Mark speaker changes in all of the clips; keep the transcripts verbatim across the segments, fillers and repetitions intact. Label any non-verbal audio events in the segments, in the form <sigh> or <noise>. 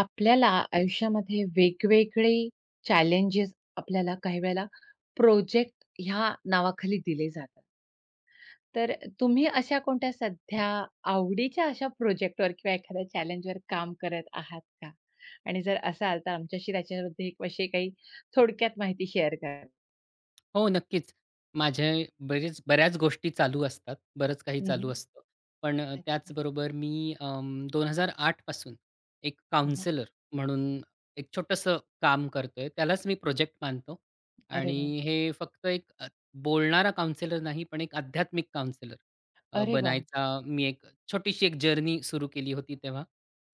Speaker 1: आपल्याला आयुष्यामध्ये वेगवेगळे चॅलेंजेस आपल्याला काही वेळेला प्रोजेक्ट ह्या नावाखाली दिले जातात. तर तुम्ही अशा कोणत्या सध्या आवडीच्या अशा प्रोजेक्टवर किंवा एखाद्या चॅलेंजवर काम करत आहात का? आणि जर असाल तर आमच्याशी त्याच्याबद्दल एक विषयी काही थोडक्यात माहिती शेअर करा?
Speaker 2: हो, नक्कीच. माझे बरेच बऱ्याच गोष्टी चालू असतात. बरंच काही चालू
Speaker 1: हं,
Speaker 2: असतं. पण अ,
Speaker 1: अच्छा.
Speaker 2: त्याचबरोबर मी अं, दोन हजार आठ पासून एक
Speaker 1: हं,
Speaker 2: काउंसलर म्हणून एक छोटंसं काम करतोय. त्यालाच मी प्रोजेक्ट मानतो.
Speaker 1: अरे वाह!
Speaker 2: आणि हे फक्त एक अ, बोलणारा काउंसलर नाही, पण एक आध्यात्मिक काउंसलर अ,
Speaker 1: अरे वाह!
Speaker 2: बनायचा मी एक छोटीशी एक जर्नी सुरू केली होती तेव्हा.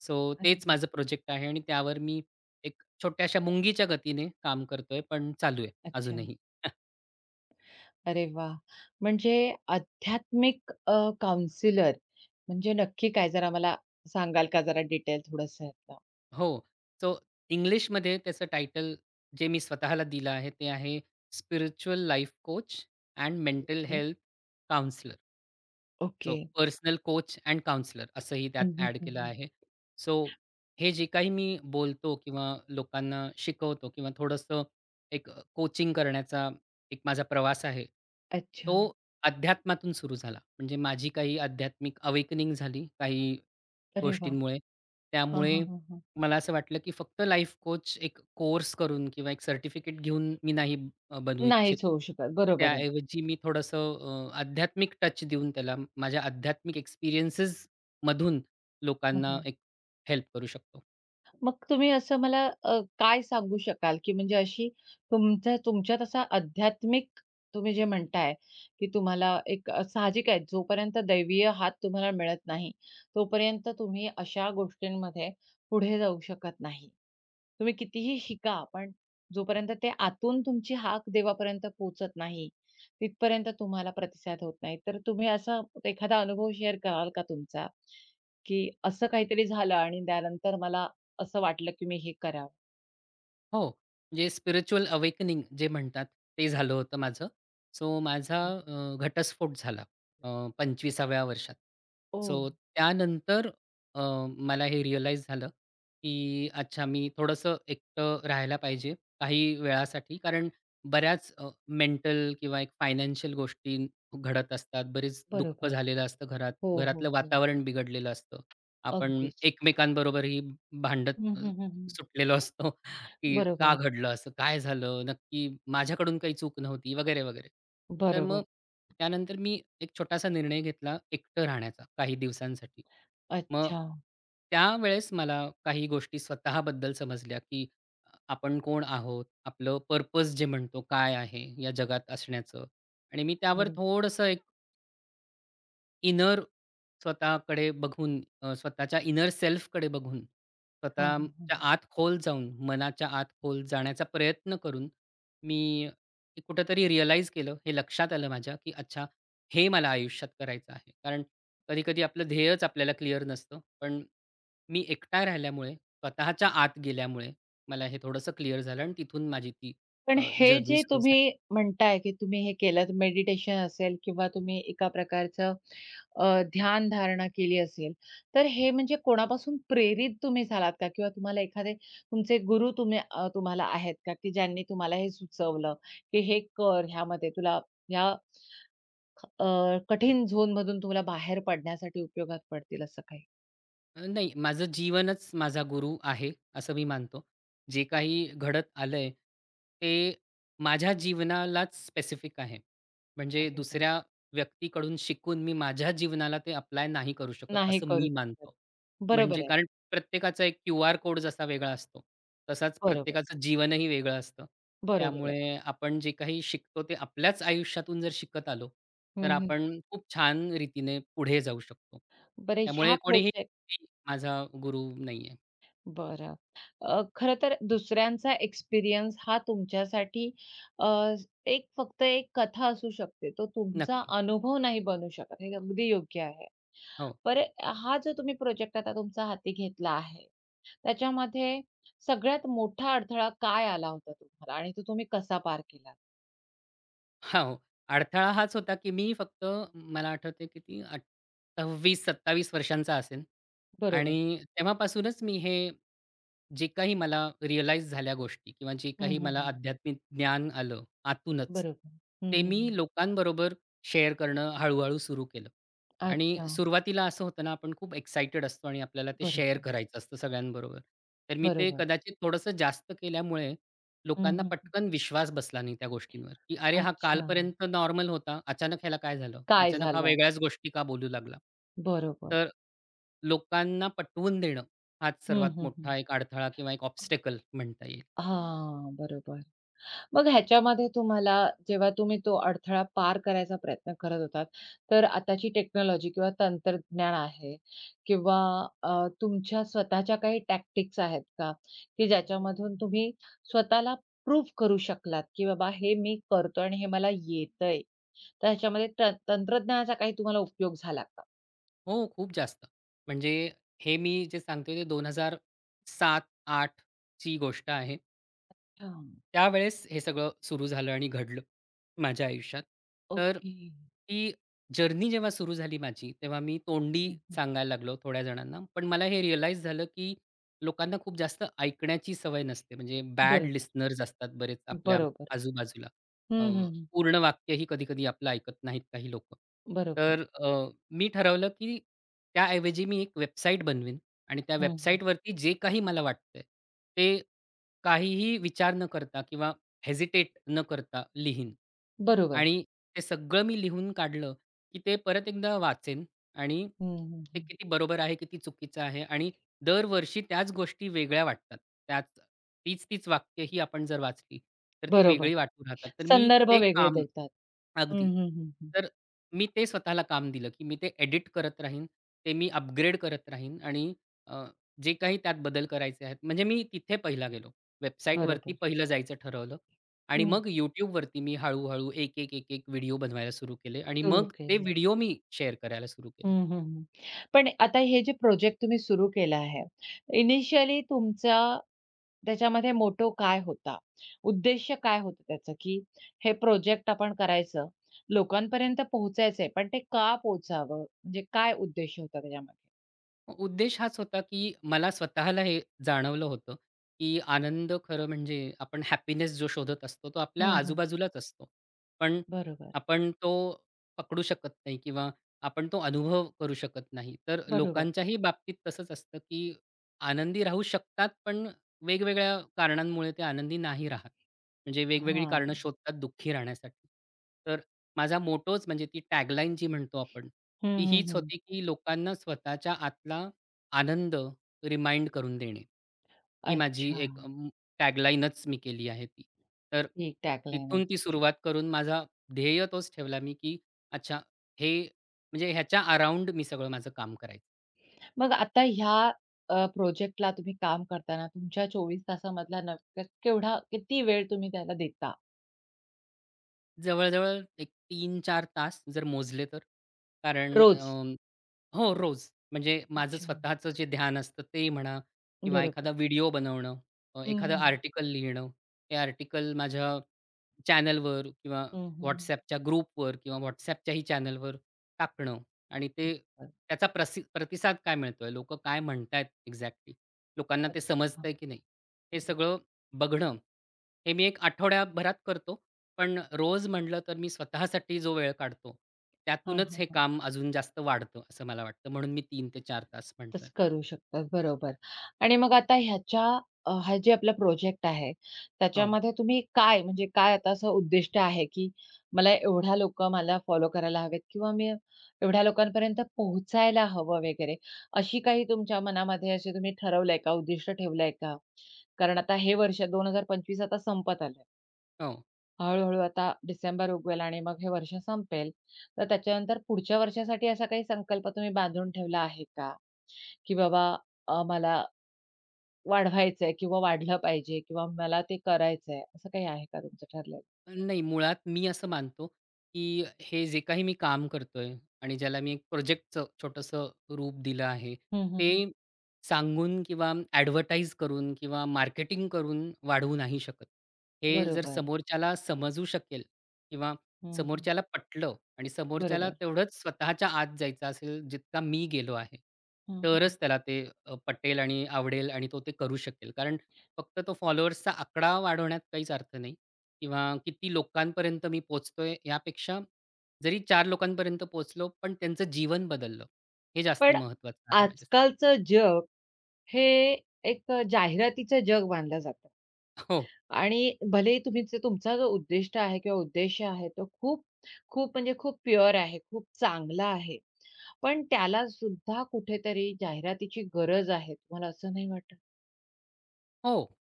Speaker 2: सो
Speaker 1: अरे
Speaker 2: तेच
Speaker 1: वाह!
Speaker 2: माझं प्रोजेक्ट आहे आणि त्यावर मी एक छोट्याशा मुंगीच्या गतीने काम करतोय, पण चालू आहे
Speaker 1: अच्छा.
Speaker 2: अजूनही.
Speaker 1: अरे वा, म्हणजे आध्यात्मिक अ, काउंसलर म्हणजे नक्की काय? जरा मला सांगाल का जरा डिटेल थोडंसं यातलं?
Speaker 2: हो. सो इंग्लिशमध्ये त्याचं टायटल जे मी स्वतःला दिलं आहे, ते आहे spiritual life coach and mental
Speaker 1: okay.
Speaker 2: Health counsellor. So
Speaker 1: okay.
Speaker 2: Personal coach and counsellor असंही
Speaker 1: हं,
Speaker 2: त्यात
Speaker 1: हं,
Speaker 2: ॲड
Speaker 1: हं,
Speaker 2: केलं
Speaker 1: हं.
Speaker 2: आहे. सो हे जे काही मी बोलतो किंवा लोकांना शिकवतो किंवा थोडंसं एक अ, कोचिंग करण्याचा एक माझा प्रवास आहे. तो
Speaker 1: अच्छा.
Speaker 2: अध्यात्मातून सुरू झाला. म्हणजे माझी काही आध्यात्मिक अवेकनिंग झाली. काही
Speaker 1: अरे वा,
Speaker 2: गोष्टींमुळे.
Speaker 1: हां,
Speaker 2: त्यामुळे
Speaker 1: हां, हां, हां.
Speaker 2: मला असं वाटलं, की फक्त लाईफ कोच एक कोर्स करून किंवा एक सर्टिफिकेट घेऊन मी नाही अ, बनू इच्छित.
Speaker 1: नाहीच होऊ शकत. बरोबर आहे.
Speaker 2: त्याऐवजी मी थोडंसं अ, आध्यात्मिक टच देऊन त्याला माझ्या आध्यात्मिक एक्सपिरियन्सेस मधून
Speaker 1: हां,
Speaker 2: लोकांना
Speaker 1: हां.
Speaker 2: एक हेल्प करू शकतो.
Speaker 1: मग तुम्ही असं मला अ, काय सांगू शकाल, की म्हणजे अशी तुमच्या तुमच्यात असा आध्यात्मिक तुम्ही जे म्हणताय, की तुम्हाला एक अ, साहजिक आहे जोपर्यंत दैवीय हात तुम्हाला मिळत नाही, तोपर्यंत तुम्ही अशा गोष्टींमध्ये पुढे जाऊ शकत नाही. तुम्ही कितीही शिका, पण जोपर्यंत ते आतून तुमची हाक देवापर्यंत पोहोचत नाही, तिथपर्यंत तुम्हाला प्रतिसाद होत नाही. तर तुम्ही असा एखादा अनुभव शेअर कराल का तुमचा, की असं काहीतरी झालं आणि त्यानंतर मला असं वाटलं की मी हे करावं.
Speaker 2: हो, म्हणजे स्पिरिच्युअल अवेकनिंग जे म्हणतात, ते झालं होतं माझं. सो माझा
Speaker 1: हे
Speaker 2: अ, घटस्फोट झाला अ, पंचविसाव्या वर्षात. सो त्यानंतर अ, मला हे रिअलाईज झालं, की अच्छा मी थोडंसं एकटं राहायला पाहिजे काही वेळासाठी. कारण बऱ्याच मेंटल किंवा एक फायनान्शियल गोष्टी घडत असतात. बरेच दुःख
Speaker 1: बरोबर.
Speaker 2: झालेलं असतं घरात.
Speaker 1: हो, हो,
Speaker 2: घरातलं
Speaker 1: हो.
Speaker 2: वातावरण बिघडलेलं असतं. आपण
Speaker 1: अगदीच.
Speaker 2: एकमेकांबरोबरही भांडत
Speaker 1: हं,
Speaker 2: अ,
Speaker 1: हं, हं, हं.
Speaker 2: सुटलेलो असतो. की का
Speaker 1: बरोबर,
Speaker 2: घडलं असं? काय झालं? नक्की माझ्याकडून काही चूक नव्हती वगैरे, वगैरे. तर
Speaker 1: बरोबर.
Speaker 2: मग त्यानंतर मी एक छोटासा निर्णय घेतला एकटं राहण्याचा काही दिवसांसाठी. मग
Speaker 1: अच्छा.
Speaker 2: त्यावेळेस मला काही गोष्टी स्वतःबद्दल समजल्या, की अ, आपण कोण आहोत? आपलं पर्पज जे म्हणतो काय आहे या जगात असण्याचं? आणि मी त्यावर
Speaker 1: बरोबर.
Speaker 2: थोडंसं एक इनर स्वतःकडे बघून अ, स्वतःच्या इनर सेल्फकडे बघून,
Speaker 1: हां, हां, हां,
Speaker 2: स्वतःच्या
Speaker 1: हां.
Speaker 2: आत खोल जाऊन, मनाच्या आत खोल जाण्याचा प्रयत्न करून मी कुठेतरी रिअलाईज केलं, हे लक्षात आलं माझ्या, की अच्छा हे मला आयुष्यात करायचं आहे. कारण कधी-कधी आपलं ध्येयच आपल्याला क्लिअर नसतं. पण मी एकटा राहिल्यामुळे, स्वतःच्या आत गेल्यामुळे मला हे थोडंसं क्लिअर झालं आणि तिथून माझी ती
Speaker 1: पण हे
Speaker 2: जर्नी
Speaker 1: जे
Speaker 2: सुरू
Speaker 1: तुम्ही
Speaker 2: झाली.
Speaker 1: म्हणताय की तुम्ही हे केलंत मेडिटेशन असेल किंवा तुम्ही एका प्रकारचं अ, ध्यानधारणा केली असेल, तर हे म्हणजे कोणापासून प्रेरित तुम्ही झालात का? किंवा तुम्हाला एखादे तुमचे गुरु तुम्ही अ, तुम्हाला आहेत का, की ज्यांनी तुम्हाला हे सुचवलं, की हे कर, ह्यामध्ये तुला ह्या अ, कठीण झोनमधून तुम्हाला बाहेर पडण्यासाठी उपयोगात पडतील असं काही?
Speaker 2: अ, नाही, माझं जीवनच माझा गुरु आहे, असं मी मानतो. जे काही घडत आलंय, ते माझ्या जीवनालाच स्पेसिफिक आहे. म्हणजे
Speaker 1: अरे वाह!
Speaker 2: दुसऱ्या व्यक्तीकडून शिकून मी माझ्या जीवनाला ते अप्लाय नाही करू शकत,
Speaker 1: नाही
Speaker 2: असं
Speaker 1: करू
Speaker 2: मी
Speaker 1: शकत.
Speaker 2: मानतो.
Speaker 1: बरोबर
Speaker 2: म्हणजे
Speaker 1: आहे.
Speaker 2: कारण प्रत्येकाचा एक क्यूआर कोड जसा वेगळा असतो, तसाच
Speaker 1: बरोबर,
Speaker 2: प्रत्येकाचं जीवनही वेगळं असतं.
Speaker 1: बरोबर आहे.
Speaker 2: त्यामुळे आपण जे काही शिकतो, ते आपल्याच आयुष्यातून जर शिकत आलो, तर
Speaker 1: हं, हं.
Speaker 2: आपण खूप छान रीतीने पुढे जाऊ शकतो.
Speaker 1: बरं ह्या
Speaker 2: त्यामुळे कोणी
Speaker 1: प्रोजेक्ट
Speaker 2: मी माझा गुरु नाहीये.
Speaker 1: बरं. अ, खरं तर दुसऱ्यांचा एक्सपिरियन्स हा तुमच्यासाठी अ, एक फक्त एक कथा असू शकते. तो तुमचा
Speaker 2: नक्की.
Speaker 1: अनुभव नाही बनू शकत. हे अगदी योग्य आहे.
Speaker 2: हो.
Speaker 1: बरं हा जो तुम्ही प्रोजेक्ट आता तुमचा हाती घेतला आहे, त्याच्यामध्ये सगळ्यात मोठा अडथळा काय आला होता तुम्हाला आणि तो तुम्ही कसा पार केला?
Speaker 2: हां, हो. अडथळा हाच होता, की मी फक्त मला आठवतंय किती अठ्ठावीस सत्तावीस वर्षांचा असेन
Speaker 1: बरोबर.
Speaker 2: आणि तेव्हापासूनच मी हे जे काही मला रिअलाईज झाल्या गोष्टी किंवा जे
Speaker 1: हं,
Speaker 2: काही
Speaker 1: हं,
Speaker 2: मला
Speaker 1: हं.
Speaker 2: आध्यात्मिक ज्ञान आलं आतूनच,
Speaker 1: बरोबर. हं,
Speaker 2: ते
Speaker 1: हं,
Speaker 2: मी
Speaker 1: हं.
Speaker 2: लोकांबरोबर शेअर करणं हळू-हळू सुरू केलं. आणि
Speaker 1: अच्छा.
Speaker 2: सुरुवातीला असं होतं ना, आपण खूप एक्साइटेड असतो आणि आपल्याला ते शेअर
Speaker 1: बरोबर,
Speaker 2: करायचं असतं सगळ्यांबरोबर. तर मी ते
Speaker 1: बरोबर.
Speaker 2: कदाचित थोडंसं जास्त केल्यामुळे
Speaker 1: हं,
Speaker 2: लोकांना
Speaker 1: हं, हं.
Speaker 2: पटकन विश्वास बसला नाही त्या गोष्टींवर, की "अरे, हा
Speaker 1: अच्छा.
Speaker 2: कालपर्यंत नॉर्मल होता. अचानक ह्याला काय झालं?
Speaker 1: काय
Speaker 2: अचानक हा
Speaker 1: झालं?
Speaker 2: वेगळ्याच गोष्टी का बोलू लागला?"
Speaker 1: बरोबर.
Speaker 2: तर लोकांना पटवून देणं हाच
Speaker 1: हं,
Speaker 2: सर्वात
Speaker 1: हं, हं.
Speaker 2: मोठा एक अडथळा किंवा एक ऑब्स्टॅकल म्हणता येईल.
Speaker 1: हां, बरोबर. मग ह्याच्यामध्ये तुम्हाला जेव्हा तुम्ही तो अडथळा पार करायचा प्रयत्न करत होतात, तर आताची टेक्नॉलॉजी किंवा तंत्रज्ञान आहे किंवा अ, तुमच्या स्वतःच्या काही टॅक्टिक्स आहेत का, की ज्याच्यामधून तुम्ही स्वतःला प्रूव्ह करू शकलात, की बाबा हे मी करतो आणि हे मला येतंय? तर ह्याच्यामध्ये त तंत्रज्ञानाचा काही तुम्हाला उपयोग झाला का?
Speaker 2: हो, खूप जास्त. म्हणजे हे मी जे सांगतोय ते दोन हजार सात आठ ची गोष्ट आहे.
Speaker 1: हां.
Speaker 2: त्यावेळेस हे सगळं सुरू झालं आणि घडलं माझ्या आयुष्यात. तर
Speaker 1: ओके.
Speaker 2: ती जर्नी जेव्हा सुरू झाली माझी, तेव्हा मी तोंडी
Speaker 1: हं, हं.
Speaker 2: सांगायला लागलो थोड्या जणांना. पण मला हे रिअलाईज झालं, की लोकांना खूप जास्त ऐकण्याची सवय नसते. म्हणजे बॅड
Speaker 1: बरोबर,
Speaker 2: लिस्नर्स असतात बरेच आपल्या
Speaker 1: बरोबर.
Speaker 2: आजूबाजूला. अ,
Speaker 1: हं, हं, हं.
Speaker 2: पूर्ण वाक्यही कधी-कधी आपलं ऐकत नाहीत काही लोकं.
Speaker 1: बरोबर.
Speaker 2: तर अ, मी ठरवलं, की त्याऐवजी मी एक वेबसाईट बनवीन आणि त्या
Speaker 1: हं, हं.
Speaker 2: वेबसाईटवरती जे काही मला वाटतंय ते काहीही विचार न करता किंवा हेजिटेट न करता लिहीन.
Speaker 1: बरोबर.
Speaker 2: आणि ते सगळं मी लिहून काढलं, की ते परत एकदा वाचेन आणि
Speaker 1: हं, हं,
Speaker 2: ते
Speaker 1: हं.
Speaker 2: किती बरोबर आहे, किती चुकीचं आहे आणि दरवर्षी त्याच गोष्टी वेगळ्या वाटतात. त्याच तीच-तीच वाक्य ही आपण जर वाचली, तर ती
Speaker 1: बरोबर.
Speaker 2: वेगळी वाटू राहतात. तर मी
Speaker 1: संदर्भ
Speaker 2: ते
Speaker 1: वेगळे
Speaker 2: काम
Speaker 1: देतात. हं,
Speaker 2: अगदी.
Speaker 1: हं, हं, हं.
Speaker 2: तर मी ते स्वतःला काम दिलं, की मी ते एडिट करत राहीन. ते मी अपग्रेड करत राहीन आणि अ, जे काही त्यात बदल करायचे आहेत म्हणजे मी तिथे पहिला गेलो. वेबसाईटवरती
Speaker 1: बरोबर.
Speaker 2: पहिलं जायचं ठरवलं आणि
Speaker 1: हं.
Speaker 2: मग YouTubeवरती मी हळू एक, एक, एक, एक व्हिडिओ बनवायला सुरू केले आणि
Speaker 1: सुरू
Speaker 2: मग ते
Speaker 1: केलं.
Speaker 2: व्हिडिओ मी शेअर करायला सुरू केले.
Speaker 1: हं, हं, हं. पण आता हे जे प्रोजेक्ट तुम्ही सुरू केला आहे, इनिशियली तुमचा त्याच्यामध्ये मोटो काय होता? उद्देश्य काय होतं त्याचं, की हे प्रोजेक्ट आपण करायचं, लोकांपर्यंत पोहोचायचंय, पण ते का पोहोचावं? म्हणजे काय उद्देश होता त्याच्यामध्ये?
Speaker 2: उद्देश हाच होता, की मला स्वतःला हे जाणवलं होतं, की आनंद खरं म्हणजे आपण हॅपीनेस जो शोधत असतो, तो आपल्या
Speaker 1: हं, हं.
Speaker 2: आजूबाजूलाच असतो. पण
Speaker 1: बरोबर,
Speaker 2: आपण तो पकडू शकत नाही किंवा आपण तो अनुभव करू शकत नाही. तर
Speaker 1: बरोबर.
Speaker 2: लोकांच्याही बाबतीत तसंच असतं, की आनंदी राहू शकतात, पण वेगवेगळ्या कारणांमुळे ते आनंदी नाही राहत. म्हणजे वेगवेगळी
Speaker 1: हां.
Speaker 2: कारणं शोधतात दुःखी राहण्यासाठी. तर माझा मोटोच म्हणजे ती टॅगलाईन जी म्हणतो आपण
Speaker 1: हं,
Speaker 2: ती
Speaker 1: हं,
Speaker 2: हीच
Speaker 1: हं.
Speaker 2: होती, की लोकांना स्वतःच्या आतला आनंद रिमाइंड करून देणे. ही माझी
Speaker 1: अच्छा,
Speaker 2: एक अं, टॅगलाईनच मी केली आहे ती. तर
Speaker 1: ठीक टॅगलाईन आहे
Speaker 2: तिथून ती
Speaker 1: तुमची.
Speaker 2: सुरुवात करून माझा ध्येय तोच ठेवला मी, की अच्छा हे म्हणजे ह्याच्या अराउंड मी सगळं माझं काम करायचं.
Speaker 1: मग आता ह्या अ, प्रोजेक्टला तुम्ही काम करताना तुमच्या चोवीस तासामधला नक्क केवढा किती वेळ तुम्ही त्याला देता
Speaker 2: जवळ-जवळ एक तीन चार तास जर मोजले तर. कारण
Speaker 1: रोज?
Speaker 2: हो, रोज. म्हणजे माझं
Speaker 1: अच्छा.
Speaker 2: स्वतःचं जे ध्यान असतं ते म्हणा किंवा
Speaker 1: बरोबर.
Speaker 2: एखादा व्हिडिओ बनवणं, अ,
Speaker 1: हं,
Speaker 2: एखादं
Speaker 1: हं.
Speaker 2: आर्टिकल लिहिणं. ते आर्टिकल माझ्या चॅनलवर किंवा
Speaker 1: हं, हं, हं.
Speaker 2: WhatsAppच्या ग्रुपवर किंवा WhatsAppच्याही चॅनलवर टाकणं आणि ते त्याचा प्रसि प्रतिसाद काय मिळतोय, लोकं काय म्हणतायत एक्झॅक्टली, लोकांना ते
Speaker 1: अच्छा.
Speaker 2: समजतंय की नाही, हे सगळं बघणं. हे मी एक आठवड्याभरात करतो, पण रोज म्हटलं तर मी स्वतःसाठी जो वेळ काढतो,
Speaker 1: हां,
Speaker 2: त्यातूनच
Speaker 1: हां,
Speaker 2: हे
Speaker 1: हां.
Speaker 2: काम अजून जास्त वाढतं, असं मला वाटतं. म्हणून मी तीन ते चार तास म्हणतोय.
Speaker 1: तसं करू शकतात. बरोबर. आणि मग आता ह्याच्या अ, हा जे आपला प्रोजेक्ट आहे,
Speaker 2: हो,
Speaker 1: त्याच्यामध्ये तुम्ही काय म्हणजे काय आता असं उद्दिष्ट आहे, की मला एवढा लोक मला फॉलो करायला हवेत किंवा मी एवढ्या लोकांपर्यंत पोहोचायला हवं वगैरे, अशी काही तुमच्या मनामध्ये असे तुम्ही ठरवलंय का? उद्दिष्ट ठेवलंय का? कारण आता हे वर्ष दोन हजार पंचवीस आता संपत आलंय.
Speaker 2: हो.
Speaker 1: हळू-हळू आता डिसेंबर उगवेल आणि मग हे वर्ष संपेल. तर त्याच्यानंतर पुढच्या वर्षासाठी असा काही संकल्प तुम्ही बांधून ठेवला आहे का? की बाबा अ, मला वाढवायचंय किंवा वाढलं पाहिजे किंवा मला ते करायचंय, असं काही आहे का तुमचं ठरलेलं?
Speaker 2: नाही, मुळात मी असं मानतो, की हे जे काही मी काम करतोय आणि ज्याला मी एक प्रोजेक्टचं छोटंसं रूप दिलं आहे,
Speaker 1: हं, हं, हं.
Speaker 2: ते सांगून किंवा ॲडव्हर्टाइज करून किंवा मार्केटिंग करून वाढवू नाही शकत. हे जर
Speaker 1: बरोबर.
Speaker 2: समोरच्याला समजू शकेल किंवा
Speaker 1: हं, हं.
Speaker 2: समोरच्याला पटलं आणि समोरच्याला
Speaker 1: बरोबर.
Speaker 2: तेवढंच स्वतःच्या आत जायचं असेल, जितका मी गेलो आहे,
Speaker 1: हं, हं.
Speaker 2: तरच त्याला ते अ, पटेल आणि आवडेल आणि तो ते करू शकेल. कारण फक्त तो फॉलोअर्सचा आकडा वाढवण्यात काहीच अर्थ नाही. किंवा किती लोकांपर्यंत मी पोहोचतोय यापेक्षा जरी चार लोकांपर्यंत पोहोचलो, पण त्यांचं जीवन बदललं, हे जास्त
Speaker 1: पण
Speaker 2: महत्त्वाचं आहे माझ्यासाठी.
Speaker 1: आजकालचं जग हे एक जाहिरातीचं जग मानलं जातं
Speaker 2: हो.
Speaker 1: आणि भलेही तुम्ही जे तुमचा जो उद्दिष्ट आहे किंवा उद्देश आहे तो खूप, खूप म्हणजे खूप प्युअर आहे, खूप चांगला आहे. पण त्याला सुद्धा कुठेतरी जाहिरातीची गरज आहे. तुम्हाला असं नाही वाटत?
Speaker 2: हो,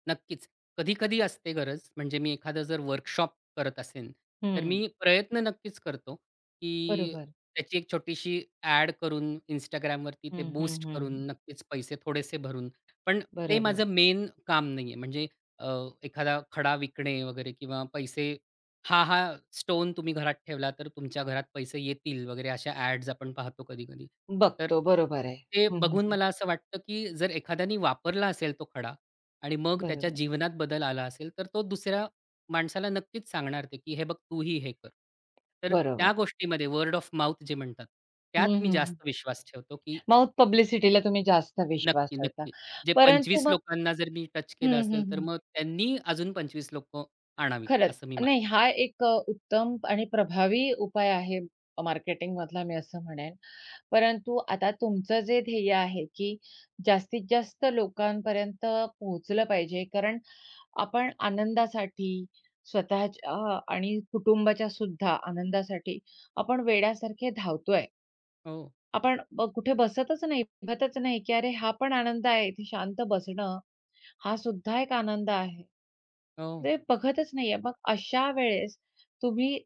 Speaker 2: नक्कीच. कधी-कधी असते गरज. म्हणजे मी एखादं जर वर्कशॉप करत असेन, तर
Speaker 1: हं.
Speaker 2: मी प्रयत्न नक्कीच करतो, की
Speaker 1: बरोबर.
Speaker 2: त्याची एक छोटीशी ॲड करून Instagramवरती ते
Speaker 1: हं, हं, हं,
Speaker 2: बूस्ट करून
Speaker 1: हं.
Speaker 2: नक्कीच पैसे थोडेसे भरून. पण ते
Speaker 1: बरोबर.
Speaker 2: माझं मेन काम नाहीये. म्हणजे अ, एखादा खडा विकणे वगैरे किंवा पैसे हा, हा स्टोन तुम्ही घरात ठेवला तर तुमच्या घरात पैसे येतील वगैरे अशा ॲड्स आपण पाहतो कधी-कधी. तर
Speaker 1: बघतो. बरोबर आहे.
Speaker 2: ते
Speaker 1: हं, हं,
Speaker 2: बघून
Speaker 1: हं.
Speaker 2: मला असं वाटतं, की जर एखाद्याने वापरला असेल तो खडा, आणि मग त्याच्या
Speaker 1: बरोबर,
Speaker 2: जीवनात बदल आला असेल, तर तो दुसऱ्या माणसाला नक्कीच सांगणार ते, की "हे बघ, तूही हे कर." तर
Speaker 1: बरोबर.
Speaker 2: त्या गोष्टीमध्ये वर्ड ऑफ माउथ जे म्हणतात,
Speaker 1: हं,
Speaker 2: त्यात मी
Speaker 1: हं, हं.
Speaker 2: जास्त विश्वास ठेवतो, की
Speaker 1: माउथ पब्लिसिटीला तुम्ही जास्त विश्वास
Speaker 2: नक्की,
Speaker 1: ठेवता.
Speaker 2: नक्की. जे
Speaker 1: परंतु
Speaker 2: पंचवीस
Speaker 1: मग
Speaker 2: लोकांना जर मी टच केलं
Speaker 1: हं, हं,
Speaker 2: असेल, तर
Speaker 1: हं.
Speaker 2: मग त्यांनी अजून पंचवीस लोकं आणावीत,
Speaker 1: खरंच.
Speaker 2: असं मी मानतो.
Speaker 1: नाही हा एक अ, उत्तम आणि प्रभावी उपाय आहे मार्केटिंगमधला मी असं म्हणेन. परंतु आता तुमचं जे ध्येय आहे, की जास्तीत जास्त लोकांपर्यंत पोहोचलं पाहिजे. कारण आपण आनंदासाठी स्वतःच्या आणि कुटुंबाच्या सुद्धा आनंदासाठी आपण वेड्यासारखे धावतोय.
Speaker 2: हो,
Speaker 1: आपण ब कुठे बसतच नाही, बघतच नाही, की अरे हा पण आनंद आहे. इथे शांत बसणं हा सुद्धा एक आनंद आहे.
Speaker 2: हो.
Speaker 1: ते बघतच नाहीये. मग अशा वेळेस तुम्ही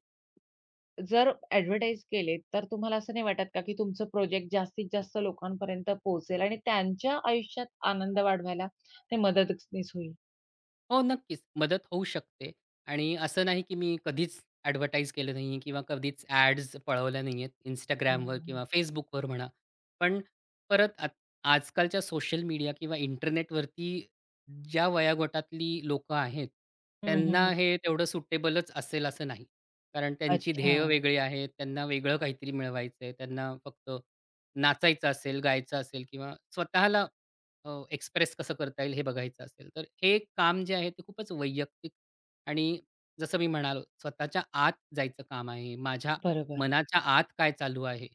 Speaker 1: जर ॲडव्हर्टाइज केले, तर तुम्हाला असं नाही वाटत का, की तुमचं प्रोजेक्ट जास्तीत जास्त लोकांपर्यंत पोहोचेल आणि त्यांच्या आयुष्यात आनंद वाढवायला ते मदतनीस होईल?
Speaker 2: हो, नक्कीच. मदत होऊ शकते आणि असं नाही की मी कधीच ॲडव्हर्टाइज केलं नाहीये किंवा कधीच ॲड्स पळवल्या नाहीयेत
Speaker 1: हं,
Speaker 2: Instagramवर
Speaker 1: हं, हं.
Speaker 2: किंवा Facebookवर म्हणा. पण परत आत आजकालच्या सोशल मीडिया किंवा इंटरनेटवरती ज्या वयोगटातली लोकं आहेत,
Speaker 1: हं,
Speaker 2: त्यांना
Speaker 1: हं,
Speaker 2: हे तेवढं सुटेबलच असेल असं नाही. कारण त्यांची
Speaker 1: अच्छा.
Speaker 2: ध्येय वेगळी आहेत, त्यांना वेगळं काहीतरी मिळवायचंय, त्यांना फक्त नाचायचं असेल, गायचं असेल किंवा स्वतःला एक्सप्रेस कसं करता येईल हे बघायचं असेल, तर हे काम जे आहे ते खूपच वैयक्तिक आणि जसं मी म्हणालो स्वतःच्या आत जायचं काम आहे. माझ्या
Speaker 1: बरोबर,
Speaker 2: मनाच्या आत काय चालू आहे,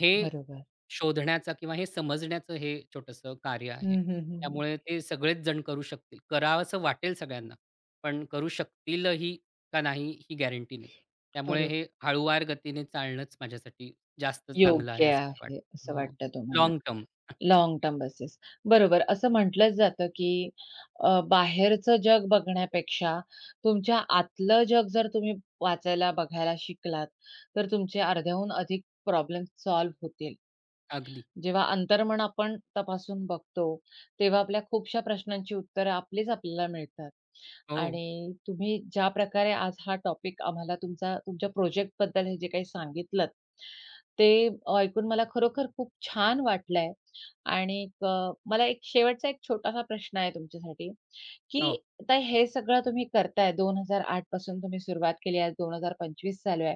Speaker 2: हे
Speaker 1: बरोबर.
Speaker 2: शोधण्याचा किंवा हे समजण्याचं हे छोटंसं कार्य आहे.
Speaker 1: हं, हं, हं, हं.
Speaker 2: त्यामुळे ते सगळेच जण करू शकतील. करावसं वाटेल सगळ्यांना, पण करू शकतीलही का नाही ही गॅरंटी नाही. त्यामुळे
Speaker 1: बरोबर.
Speaker 2: हे हळूवार गतीने चालणंच माझ्यासाठी जास्त चांगलं
Speaker 1: योग्य
Speaker 2: आहे असं मला
Speaker 1: आहे
Speaker 2: वाटतं.
Speaker 1: असं
Speaker 2: हो.
Speaker 1: वाटतं तुम्हाला.
Speaker 2: Long term.
Speaker 1: Long term basis. बरोबर. असं म्हटलंच जातं, की अ, बाहेरचं जग बघण्यापेक्षा तुमच्या आतलं जग जर तुम्ही वाचायला, बघायला शिकलात, तर तुमचे अर्ध्याहून अधिक प्रॉब्लेम सॉल्व्ह होतील.
Speaker 2: अगदी.
Speaker 1: जेव्हा अंतर्मन आपण तपासून बघतो, तेव्हा आपल्या खूपशा प्रश्नांची उत्तरं आपलीच आपल्याला मिळतात.
Speaker 2: हो,
Speaker 1: आणि तुम्ही ज्या प्रकारे आज हा टॉपिक आम्हाला तुमचा तुमच्या प्रोजेक्टबद्दल हे जे काही सांगितलत, ते ऐकून मला खरोखर खूप छान वाटलंय. आणि अ, मला एक शेवटचा एक छोटासा प्रश्न आहे तुमच्यासाठी, की
Speaker 2: हो.
Speaker 1: आता हे सगळं तुम्ही करताय दोन हजार आठ पासून तुम्ही सुरुवात केली आहे. दोन हजार पंचवीस चालू आहे.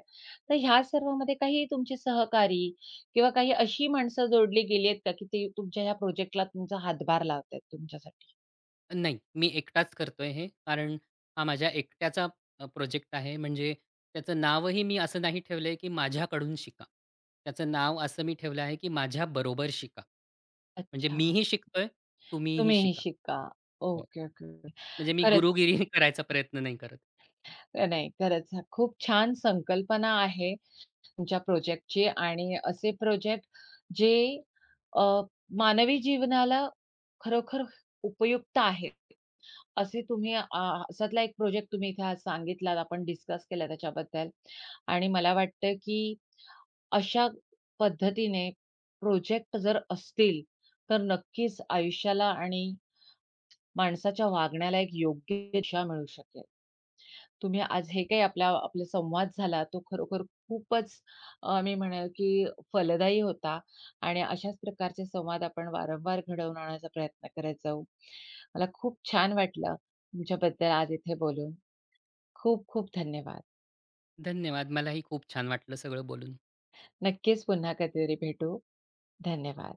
Speaker 1: तर ह्या सर्वामध्ये काही तुमचे सहकारी किंवा काही अशी माणसं जोडली गेली आहेत का, की ती तुमच्या ह्या प्रोजेक्टला तुमचा हातभार लावत आहेत तुमच्यासाठी?
Speaker 2: नाही, मी एकटाच करतोय हे. कारण हा माझ्या एकट्याचा प्रोजेक्ट आहे. म्हणजे त्याचं नावही मी असं नाही ठेवलंय, की माझ्याकडून शिका. त्याचं नाव असं मी ठेवलं आहे, की माझ्याबरोबर शिका. म्हणजे
Speaker 1: अच्छा.
Speaker 2: मीही शिकतोय, तुम्हीही
Speaker 1: तुम्हीही
Speaker 2: शिका.
Speaker 1: शिका.
Speaker 2: हो.
Speaker 1: Okay, okay, okay.
Speaker 2: म्हणजे मी
Speaker 1: खरंच
Speaker 2: गुरुगिरी <laughs> करायचा प्रयत्न नाही करत.
Speaker 1: नाही, खरंच हा खूप छान संकल्पना आहे तुमच्या प्रोजेक्टची आणि असे प्रोजेक्ट जे अ, मानवी जीवनाला खरोखर उपयुक्त आहेत. असे तुम्ही अ, अशातला एक प्रोजेक्ट तुम्ही इथे आज सांगितलात, आपण डिस्कस केला त्याच्याबद्दल आणि मला वाटतं, की अशा पद्धतीने प्रोजेक्ट जर असतील, तर नक्कीच आयुष्याला आणि माणसाच्या वागण्याला एक योग्य दिशा मिळू शकेल. तुम्ही आज हे काही आपला आपला संवाद झाला तो खरोखर खूपच अ, मी म्हणेल की फलदायी होता आणि अशाच प्रकारचे संवाद आपण वारंवार घडवून आणण्याचा प्रयत्न करत जाऊ. मला खूप छान वाटलं तुमच्याबद्दल आज इथे बोलून. खूप खूप धन्यवाद.
Speaker 2: धन्यवाद. मलाही खूप छान वाटलं सगळं बोलून.
Speaker 1: नक्कीच पुन्हा कधीतरी भेटू. धन्यवाद.